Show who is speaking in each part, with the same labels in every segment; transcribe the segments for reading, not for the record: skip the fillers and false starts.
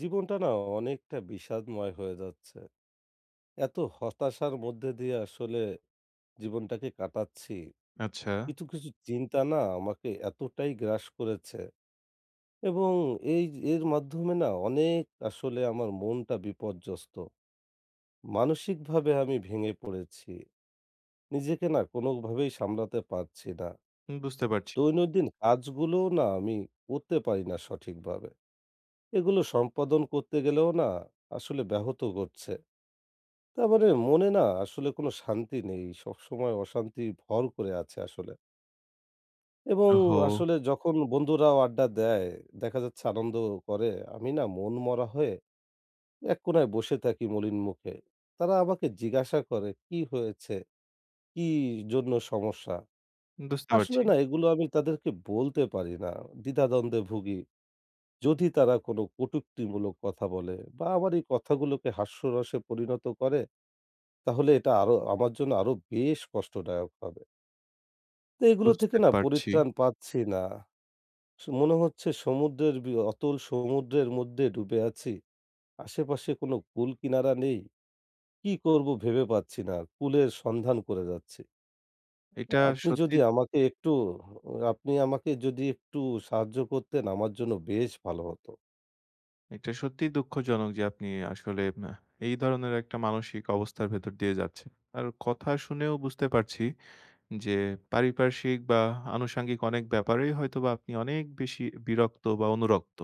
Speaker 1: জীবনটা অনেকটা বিষাদময় হয়ে যাচ্ছে। এত হতাশার মধ্যে দিয়ে আসলে জীবনটাকে কাটাচ্ছি।
Speaker 2: আচ্ছা,
Speaker 1: কিছু চিন্তা না আমাকে এতটাই গ্রাস করেছে এবং এই এর মাধ্যমে না অনেক আসলে আমার মনটা বিপর্যস্ত। মানসিকভাবে আমি ভেঙে পড়েছি। নিজেকে না কোনোভাবেই সামলাতে পারছি না।
Speaker 2: বুঝতে পারছি।
Speaker 1: দৈনন্দিন কাজগুলোও না আমি করতে পারি না সঠিকভাবে। এগুলো সম্পাদন করতে গেলেও না আসলে ব্যাহত করছে। তার মানে মনে না আসলে কোনো শান্তি নেই। সবসময় অশান্তি ভর করে আছে আসলে। এবং
Speaker 2: ওহো!
Speaker 1: আসলে যখন বন্ধুরাও আড্ডা দেয়, দেখা যাচ্ছে আনন্দ করে, আমি না মনমরা হয়ে এক কোণায় বসে থাকি মলিন মুখে। তারা আমাকে জিজ্ঞাসা করে, "কি হয়েছে? কি জন্য সমস্যা?"
Speaker 2: বুঝতে
Speaker 1: আসলে
Speaker 2: পারছি,
Speaker 1: না এগুলো আমি তাদেরকে বলতে পারি না। দ্বিধাদ্বন্দ্বে ভুগি। যদি তারা কোনো কটূক্তিমূলক কথা বলে বা আমার এই কথাগুলোকে হাস্যরসে পরিণত করে তাহলে এটা আরো আমার জন্য আরো বেশ কষ্টদায়ক হবে। তো এগুলো থেকে
Speaker 2: বুঝতে
Speaker 1: না
Speaker 2: পারছি।
Speaker 1: পরিত্রাণ পাচ্ছি না। মনে হচ্ছে সমুদ্রের বি অতল সমুদ্রের মধ্যে ডুবে আছি। আশেপাশে কোনো কূল কিনারা নেই। কি করব ভেবে পাচ্ছি না। কূলের সন্ধান করে যাচ্ছি।
Speaker 2: এটা
Speaker 1: আপনি যদি
Speaker 2: সত্যি
Speaker 1: আমাকে একটু আপনি আমাকে যদি একটু সাহায্য করতেন আমার জন্য বেশ ভালো হতো।
Speaker 2: এটা সত্যিই দুঃখজনক যে আপনি আসলে এই ধরনের একটা মানসিক অবস্থার ভেতর দিয়ে যাচ্ছেন। আর কথা শুনেও বুঝতে পারছি যে পারিপার্শ্বিক বা আনুষঙ্গিক অনেক ব্যাপারেই হয়তোবা আপনি অনেক বেশি বিরক্ত বা অনুরক্ত।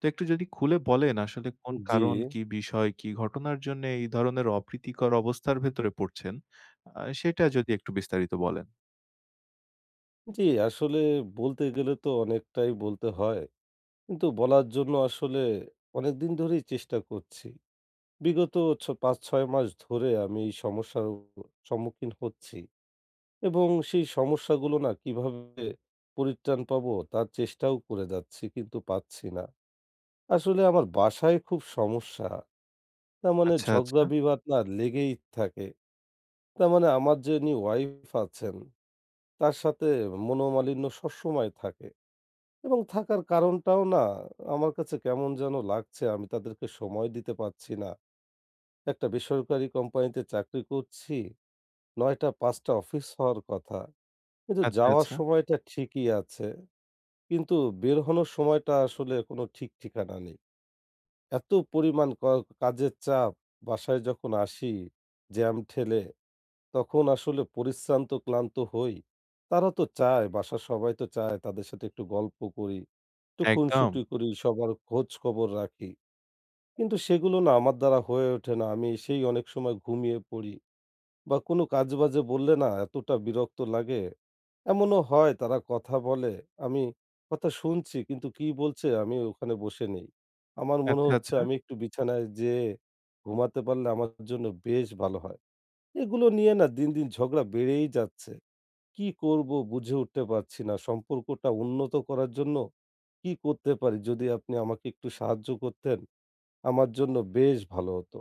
Speaker 2: তো একটু যদি খুলে বলেন আসলে কোন
Speaker 1: জি,
Speaker 2: কারণ, কি বিষয়, কি ঘটনার জন্যে এই ধরনের অপ্রীতিকর অবস্থার ভেতরে পড়ছেন? সেটা যদি একটু বিস্তারিত বলেন।
Speaker 1: জি আসলে বলতে গেলে তো অনেকটাই বলতে হয়। কিন্তু বলার জন্য আসলে অনেকদিন ধরেই চেষ্টা করছি। বিগত ৫-৬ মাস ধরে আমি এই সমস্যার সম্মুখীন হচ্ছি এবং সেই সমস্যাগুলো না কিভাবে পরিত্রাণ পাবো তার চেষ্টাও করে যাচ্ছি কিন্তু পাচ্ছি না। আসলে আমার বাসায় খুব সমস্যা। তার মানে
Speaker 2: আচ্ছা,
Speaker 1: ঝগড়া
Speaker 2: আচ্ছা।
Speaker 1: বিবাদ না লেগেই থাকে। তার মানে আমার যিনি ওয়াইফ আছেন তার সাথে মনোমালিন্য সবসময় থাকে এবং থাকার কারণটাও না আমার কাছে কেমন যেন লাগছে আমি তাদেরকে সময় দিতে পারছি না। একটা বেসরকারি কোম্পানিতে চাকরি করছি। ৯ঃ০০ ৫ঃ০০ অফিস হওয়ার কথা। কিন্তু
Speaker 2: আচ্ছা,
Speaker 1: যাওয়ার
Speaker 2: আচ্ছা।
Speaker 1: সময়টা ঠিকই আছে। কিন্তু বের হনোর সময়টা আসলে কোনো ঠিক ঠিকানা নেই। এত পরিমাণ কাজের চাপ, বাসায় যখন আসি জ্যাম ঠেলে, তখন আসলে পরিশ্রান্ত ক্লান্ত হই। তারা তো চায়, বাসার সবাই তো চায় তাদের সাথে একটু গল্প করি, একটু
Speaker 2: একদম।
Speaker 1: খুনসুটি করি, সবার খোঁজ খবর রাখি। কিন্তু সেগুলো না আমার দ্বারা হয়ে ওঠে না। আমি সেই অনেক সময় ঘুমিয়ে পড়ি। বা কোনো কাজে-বাজে বললে না এতটা বিরক্ত লাগে। এমনও হয় তারা কথা বলে, আমি কথা শুনছি কিন্তু কি বলছে আমি ওখানে বসে নেই। আমার মনে
Speaker 2: আচ্ছা,
Speaker 1: হচ্ছে
Speaker 2: আচ্ছা।
Speaker 1: আমি একটু বিছানায় যেয়ে ঘুমাতে পারলে আমার জন্য বেশ ভালো হয়। এগুলো নিয়ে না দিন দিন ঝগড়া বেড়েই যাচ্ছে। কি করব বুঝে উঠতে পারছি না। সম্পর্কটা উন্নত করার জন্য কি করতে পারি? যদি আপনি আমাকে একটু সাহায্য করতেন আমার জন্য বেশ ভালো হতো।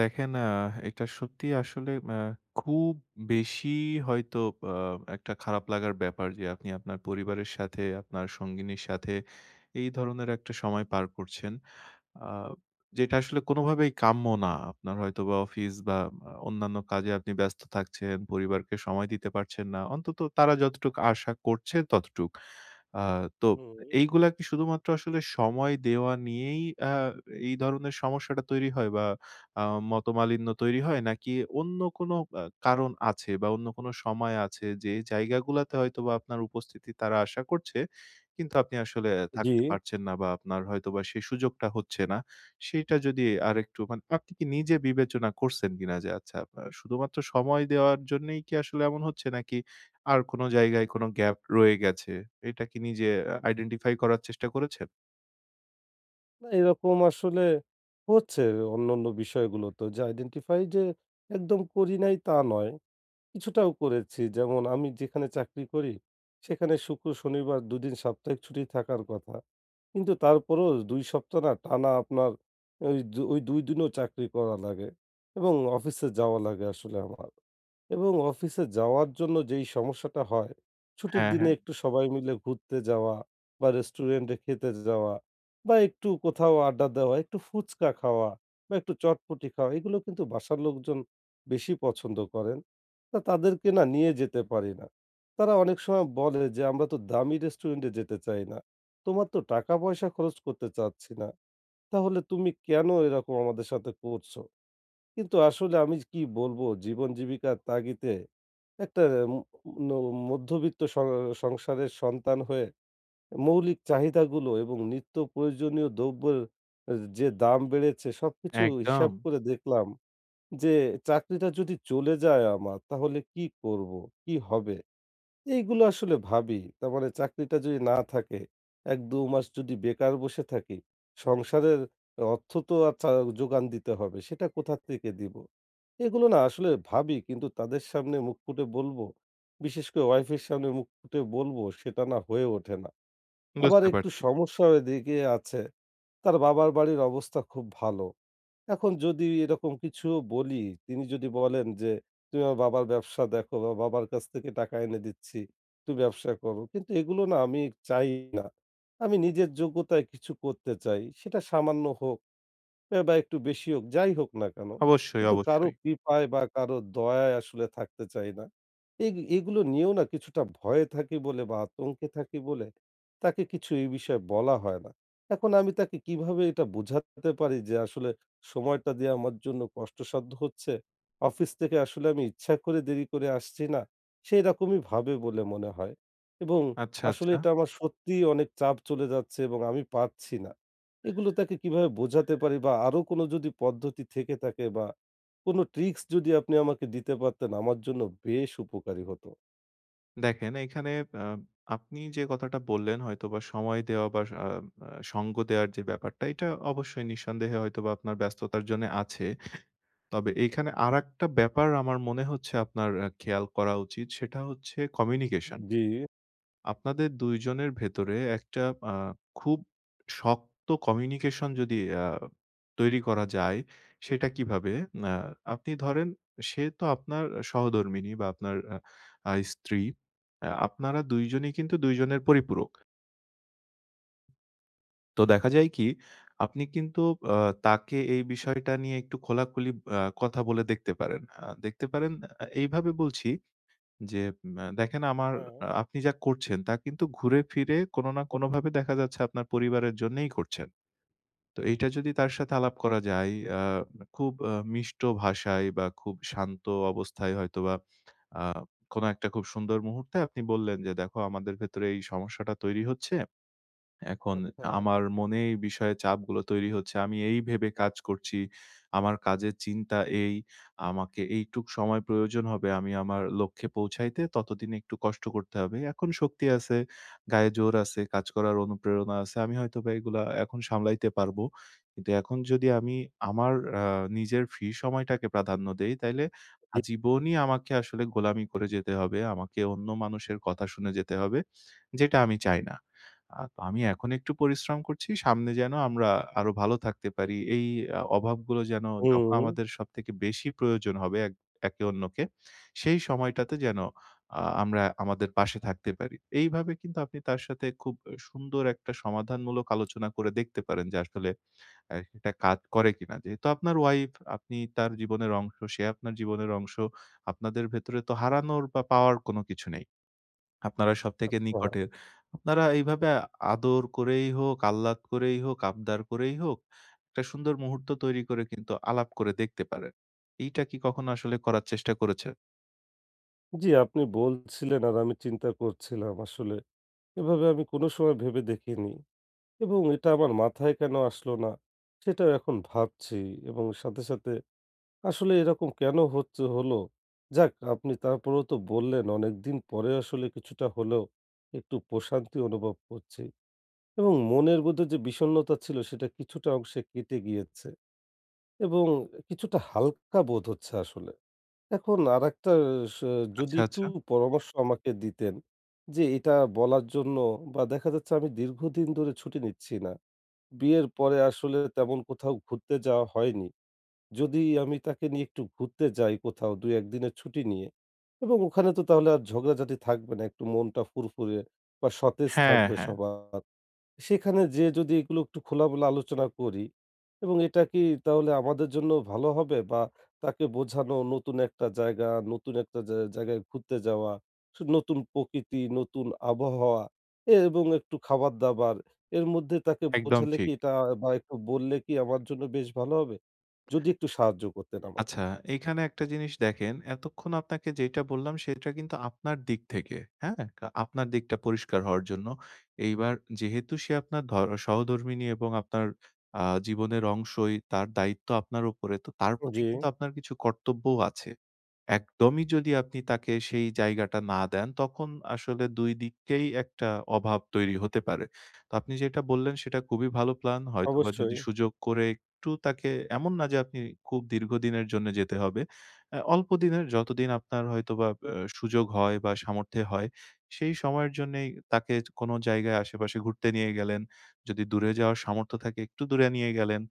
Speaker 2: দেখেন এটা সত্যি আসলে খুব বেশি হয়তো আ একটা খারাপ লাগার ব্যাপার যে আপনি আপনার পরিবারের সাথে, আপনার সঙ্গিনীর সাথে এই ধরনের একটা সময় পার করছেন। আ যেটা আসলে কোনোভাবেই কাম্য না। আপনার হয়তোবা অফিস বা অন্যান্য কাজে আপনি ব্যস্ত থাকছেন, পরিবারকে সময় দিতে পারছেন না। অন্তত তারা যতটুক আশা করছে ততটুক। আ তো
Speaker 1: হুম।
Speaker 2: এইগুলা কি শুধুমাত্র আসলে সময় দেওয়া নিয়েই আ এই ধরনের সমস্যাটা তৈরি হয় বা আ মতমালিন্য তৈরি হয়? নাকি অন্য কোনো কারণ আছে বা অন্য কোনো সময় আছে যে জায়গাগুলাতে হয়তোবা আপনার উপস্থিতি তারা আশা করছে কিন্তু আপনি আসলে
Speaker 1: জি।
Speaker 2: থাকতে পারছেন না বা আপনার হয়তোবা সেই সুযোগটা হচ্ছে না। সেইটা যদি আরেকটু মানে আপনি কি নিজে বিবেচনা করছেন কিনা যে আচ্ছা আপনার শুধুমাত্র সময় দেওয়ার জন্যই কি আসলে এমন হচ্ছে নাকি আর কোনো জায়গায় কোনো গ্যাপ রয়ে গেছে? এটা কি নিজে আইডেন্টিফাই করার চেষ্টা করেছেন?
Speaker 1: না, এরকম আসলে হচ্ছে অন্যান্য বিষয়গুলো তো যে আইডেন্টিফাই যে একদম করি নাই তা নয়। কিছুটাও করেছি। যেমন আমি যেখানে চাকরি করি সেখানে শুক্র, শনিবার ২ দিন সাপ্তাহিক ছুটি থাকার কথা। কিন্তু তারপরেও ২ সপ্তাহ না টানা আপনার ওই ২ দিনও চাকরি করা লাগে এবং অফিসে যাওয়া লাগে আসলে আমার। এবং অফিসে যাওয়ার জন্য যেই সমস্যাটা হয়, ছুটির
Speaker 2: হ্যাঁ,
Speaker 1: দিনে
Speaker 2: হ্যাঁ।
Speaker 1: একটু সবাই মিলে ঘুরতে যাওয়া বা রেস্টুরেন্টে খেতে যাওয়া বা একটু কোথাও আড্ডা দেওয়া, একটু ফুচকা খাওয়া বা একটু চটপটি খাওয়া, এগুলো কিন্তু বাসার লোকজন বেশি পছন্দ করেন। তা তাদেরকে না নিয়ে যেতে পারি না। তারা অনেক সময় বলে যে, "আমরা তো দামি রেস্টুরেন্টে যেতে চাই না। তোমার তো টাকা-পয়সা খরচ করতে চাচ্ছি না। তাহলে তুমি কেন এরকম আমাদের সাথে করছো?" কিন্তু আসলে আমি কি বলবো জীবন জীবিকার তাগিদে একটা ম ন মধ্যবিত্ত সংসারের সন্তান হয়ে মৌলিক চাহিদাগুলো এবং নিত্য প্রয়োজনীয় দ্রব্যের এ যে দাম বেড়েছে সবকিছু
Speaker 2: একদম।
Speaker 1: হিসাব করে দেখলাম যে চাকরিটা যদি চলে যায় আমার তাহলে কি করব? কি হবে? এইগুলো আসলে ভাবি। তার মানে চাকরিটা যদি না থাকে, ১-২ মাস যদি বেকার বসে থাকি, সংসারের অর্থ তো আর যোগান দিতে হবে। সেটা কোথা থেকে দিব? এগুলো না আসলে ভাবি কিন্তু তাদের সামনে মুখ ফুটে বলবো, বিশেষ করে ওয়াইফের সামনে মুখ ফুটে বলবো, সেটা না হয়ে ওঠে না। আবার
Speaker 2: বুঝতে
Speaker 1: একটু
Speaker 2: পারছি।
Speaker 1: সমস্যা এদিকে আছে। তার বাবার বাড়ির অবস্থা খুব ভালো। এখন যদি এরকম কিছু বলি, তিনি যদি বলেন যে, "তুমি আমার বাবার ব্যবসা দেখো বা বাবার কাছ থেকে টাকা এনে দিচ্ছি, তুমি ব্যবসা করো।" কিন্তু এগুলো না আমি চাই না। আমি নিজের যোগ্যতায় কিছু করতে চাই। সেটা সামান্য হোক বা একটু বেশি হোক, যাই হোক না কেন।
Speaker 2: অবশ্যই,
Speaker 1: কিন্তু কারো
Speaker 2: অবশ্যই।
Speaker 1: কৃপায় বা কারো দয়ায় আসলে থাকতে চাই না। এই এগুলো নিয়েও না কিছুটা ভয়ে থাকি বলে বা আতঙ্কে থাকি বলে তাকে কিছু এই বিষয়ে বলা হয় না। এখন আমি তাকে কিভাবে এটা বোঝাতে পারি যে আসলে সময়টা দেয়া আমার জন্য কষ্টসাধ্য হচ্ছে। অফিস থেকে আসলে আমি ইচ্ছা করে দেরি করে আসছি না। সেরকমই ভাবে বলে মনে হয়। এবং
Speaker 2: আচ্ছা,
Speaker 1: আসলে
Speaker 2: আচ্ছা।
Speaker 1: এটা আমার সত্যিই অনেক চাপ চলে যাচ্ছে এবং আমি পারছি না। এগুলো তাকে কিভাবে বোঝাতে পারি বা আরো কোনো যদি পদ্ধতি থেকে থাকে বা কোনো ট্রিক্স যদি আপনি আমাকে দিতে পারতেন আমার জন্য বেশ উপকারী হতো।
Speaker 2: দেখেন এখানে আ আপনি যে কথাটা বললেন হয়তোবা সময় দেওয়া বা আ আ সঙ্গ দেওয়ার যে ব্যাপারটা এটা অবশ্যই নিঃসন্দেহে হয়তোবা আপনার ব্যস্ততার জন্যে আছে। তবে এইখানে আরেকটা ব্যাপার আমার মনে হচ্ছে আপনার খেয়াল করা উচিত সেটা হচ্ছে কমিউনিকেশন।
Speaker 1: জি।
Speaker 2: আপনাদের ২ জনের ভেতরে একটা আ খুব শক্ত কমিউনিকেশন যদি তৈরি করা যায়, সেটা কিভাবে? আ আপনি ধরেন সে তো আপনার সহধর্মিণী বা আপনার আ আ স্ত্রী। আপনারা ২ জনই কিন্তু ২ জনের পরিপূরক। তো দেখা যায় কি, আপনি কিন্তু আ তাকে এই বিষয়টা নিয়ে একটু খোলাখুলি কথা বলে দেখতে পারেন। দেখতে পারেন এইভাবে বলছি যে দেখেন আমার
Speaker 1: হ্যাঁ,
Speaker 2: আপনি যা করছেন তা কিন্তু ঘুরে ফিরে কোনো না কোনোভাবে দেখা যাচ্ছে আপনার পরিবারের জন্যেই করছেন। তো এইটা যদি তার সাথে আলাপ করা যায় আ খুব মিষ্ট ভাষায় বা খুব শান্ত অবস্থায় হয়তোবা আ কোনো একটা খুব সুন্দর মুহূর্তে আপনি বললেন যে, "দেখো আমাদের ভেতরে এই সমস্যাটা তৈরি হচ্ছে।" এখন
Speaker 1: আচ্ছা।
Speaker 2: আমার মনে এই বিষয়ে চাপগুলো তৈরি হচ্ছে। আমি এই ভেবে কাজ করছি, আমার কাজের চিন্তা এই, আমাকে এইটুক সময় প্রয়োজন হবে আমি আমার লক্ষ্যে পৌঁছাইতে, ততদিন একটু কষ্ট করতে হবে। এখন শক্তি আছে, গায়ে জোর আছে, কাজ করার অনুপ্রেরণা আছে। আমি হয়তোবা এগুলা এখন সামলাইতে পারবো। কিন্তু এখন যদি আমি আমার আ নিজের ফ্রি সময়টাকে প্রাধান্য দেই, তাইলে
Speaker 1: জি।
Speaker 2: আজীবনই আমাকে আসলে গোলামি করে যেতে হবে। আমাকে অন্য মানুষের কথা শুনে যেতে হবে, যেটা আমি চাই না। তো আমি এখন একটু পরিশ্রম করছি। সামনে যেন আমরা আরো ভালো থাকতে পারি। এই অভাবগুলো যেন যখন
Speaker 1: হুম।
Speaker 2: আমাদের সবথেকে বেশি প্রয়োজন হবে একে অন্যকে, সেই সময়টাতে যেন আমরা আমাদের পাশে থাকতে পারি। এইভাবে কিন্তু আপনি তার সাথে খুব সুন্দর একটা সমাধানমূলক আলোচনা করে দেখতে পারেন যে আসলে এটা কাজ করে কিনা। যেহেতু আপনার ওয়াইফ, আপনি তার জীবনের অংশ, সে আপনার জীবনের অংশ। আপনাদের ভেতরে তো হারানোর বা পাওয়ার কোনো কিছু নেই। আপনারা সবথেকে
Speaker 1: আচ্ছা।
Speaker 2: নিকটের। আপনারা এইভাবে আদর করেই হোক, আহ্লাদ করেই হোক, আবদার করেই হোক, একটা সুন্দর মুহূর্ত তৈরি করে কিন্তু আলাপ করে দেখতে পারেন। এইটা কি কখনো আসলে করার চেষ্টা করেছেন?
Speaker 1: জি, আপনি বলছিলেন আর আমি চিন্তা করছিলাম আসলে। এভাবে আমি কোনো সময় ভেবে দেখিনি এবং এটা আমার মাথায় কেন আসলো না সেটাও এখন ভাবছি এবং সাথে সাথে আসলে এরকম কেনো হচ্ছে হলো? যাক আপনি তারপরেও তো বললেন অনেকদিন পরে আসলে কিছুটা হলেও একটু প্রশান্তি অনুভব করছি এবং মনের মধ্যে যে বিষণ্ণতা ছিল সেটা কিছুটা অংশে কেটে গিয়েছে এবং কিছুটা হালকা বোধ হচ্ছে আসলে। এখন আরেকটা স যদি
Speaker 2: আচ্ছা,
Speaker 1: একটু
Speaker 2: আচ্ছা।
Speaker 1: পরামর্শ আমাকে দিতেন যে এটা বলার জন্য বা দেখা যাচ্ছে আমি দীর্ঘদিন ধরে ছুটি নিচ্ছি না। বিয়ের পরে আসলে তেমন কোথাও ঘুরতে যাওয়া হয়নি। যদি আমি তাকে নিয়ে একটু ঘুরতে যাই কোথাও ২-১ দিনের ছুটি নিয়ে এবং ওখানে তো তাহলে আর ঝগড়াঝাটি থাকবে না। একটু মনটা ফুরফুরে বা সতেজ
Speaker 2: হ্যাঁ,
Speaker 1: থাকবে
Speaker 2: হ্যাঁ।
Speaker 1: সবার। সেখানে যেয়ে যদি এগুলো একটু খোলামেলা আলোচনা করি এবং এটা কি তাহলে আমাদের জন্য ভালো হবে? বা তাকে বোঝানো নতুন একটা জায়গা, নতুন একটা জা জায়গায় ঘুরতে যাওয়া, নতুন প্রকৃতি, নতুন আবহাওয়া এবং একটু খাবার-দাবার এর মধ্যে তাকে
Speaker 2: একদম
Speaker 1: বোঝালে কি
Speaker 2: ঠিক।
Speaker 1: এটা বা একটু বললে কি আমার জন্য বেশ ভালো হবে? যদি একটু সাহায্য করতেন আমাকে।
Speaker 2: আচ্ছা, এইখানে একটা জিনিস দেখেন, এতক্ষণ আপনাকে যেটা বললাম সেটা কিন্তু আপনার দিক থেকে, হ্যাঁ? আপনার দিকটা পরিষ্কার হওয়ার জন্য। এইবার যেহেতু সে আপনার সহধর্মিণী এবং আপনার জীবনের অংশই, তার দায়িত্ব আপনার উপরে। তো তার প্রতি
Speaker 1: জি,
Speaker 2: কিন্তু আপনার কিছু কর্তব্যও আছে। একদমই যদি আপনি তাকে সেই জায়গাটা না দেন, তখন আসলে ২ দিকেই একটা অভাব তৈরি হতে পারে। তো আপনি যেটা বললেন সেটা খুবই ভালো প্ল্যান। হয়তোবা
Speaker 1: অবশ্যই।
Speaker 2: যদি সুযোগ করে একটু তাকে এমন না যে আপনি খুব দীর্ঘদিনের জন্য যেতে হবে। অল্প দিনের যতদিন আপনার হয়তোবা সুযোগ হয় বা সামর্থ্য হয়, সেই সময়ের জন্যেই তাকে কোনো জায়গায় আশেপাশে ঘুরতে নিয়ে গেলেন। যদি দূরে যাওয়ার সামর্থ্য থাকে একটু দূরে নিয়ে গেলেন।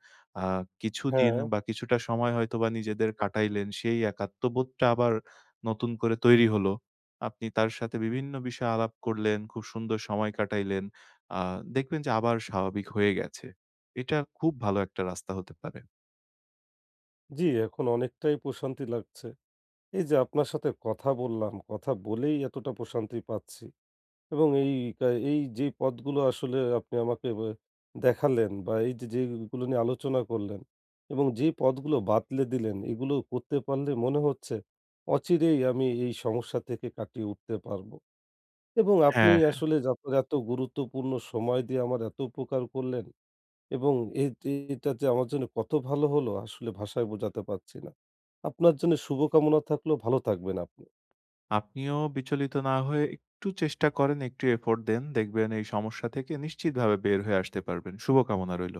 Speaker 2: আ কিছুদিন
Speaker 1: হ্যাঁ,
Speaker 2: বা কিছুটা সময় হয়তোবা নিজেদের কাটাইলেন। সেই একাত্মবোধটা আবার নতুন করে তৈরি হলো। আপনি তার সাথে বিভিন্ন বিষয়ে আলাপ করলেন, খুব সুন্দর সময় কাটাইলেন। আ দেখবেন যে আবার স্বাভাবিক হয়ে গেছে। এটা খুব ভালো একটা রাস্তা হতে পারে।
Speaker 1: জি, এখন অনেকটাই প্রশান্তি লাগছে। এই যে আপনার সাথে কথা বললাম, কথা বলেই এতটা প্রশান্তি পাচ্ছি। এবং এই এই যে পথগুলো আসলে আপনি আমাকে দেখালেন বা এই যে যেগুলো নিয়ে আলোচনা করলেন এবং যে পথগুলো বাতলে দিলেন এগুলো করতে পারলে মনে হচ্ছে অচিরেই আমি এই সমস্যা থেকে কাটিয়ে উঠতে পারবো। এবং আপনি
Speaker 2: হ্যাঁ,
Speaker 1: আসলে আপনার এত গুরুত্বপূর্ণ সময় দিয়ে আমার এত উপকার করলেন এবং যে এটা যে আমার জন্য কত ভালো হলো আসলে ভাষায় বোঝাতে পারছি না। আপনার জন্য শুভকামনা থাকলো, ভালো থাকবেন আপনি।
Speaker 2: আপনিও বিচলিত না হয়ে একটু চেষ্টা করেন, একটু এফোর্ট দেন। দেখবেন এই সমস্যা থেকে নিশ্চিতভাবে বের হয়ে আসতে পারবেন। শুভকামনা রইল।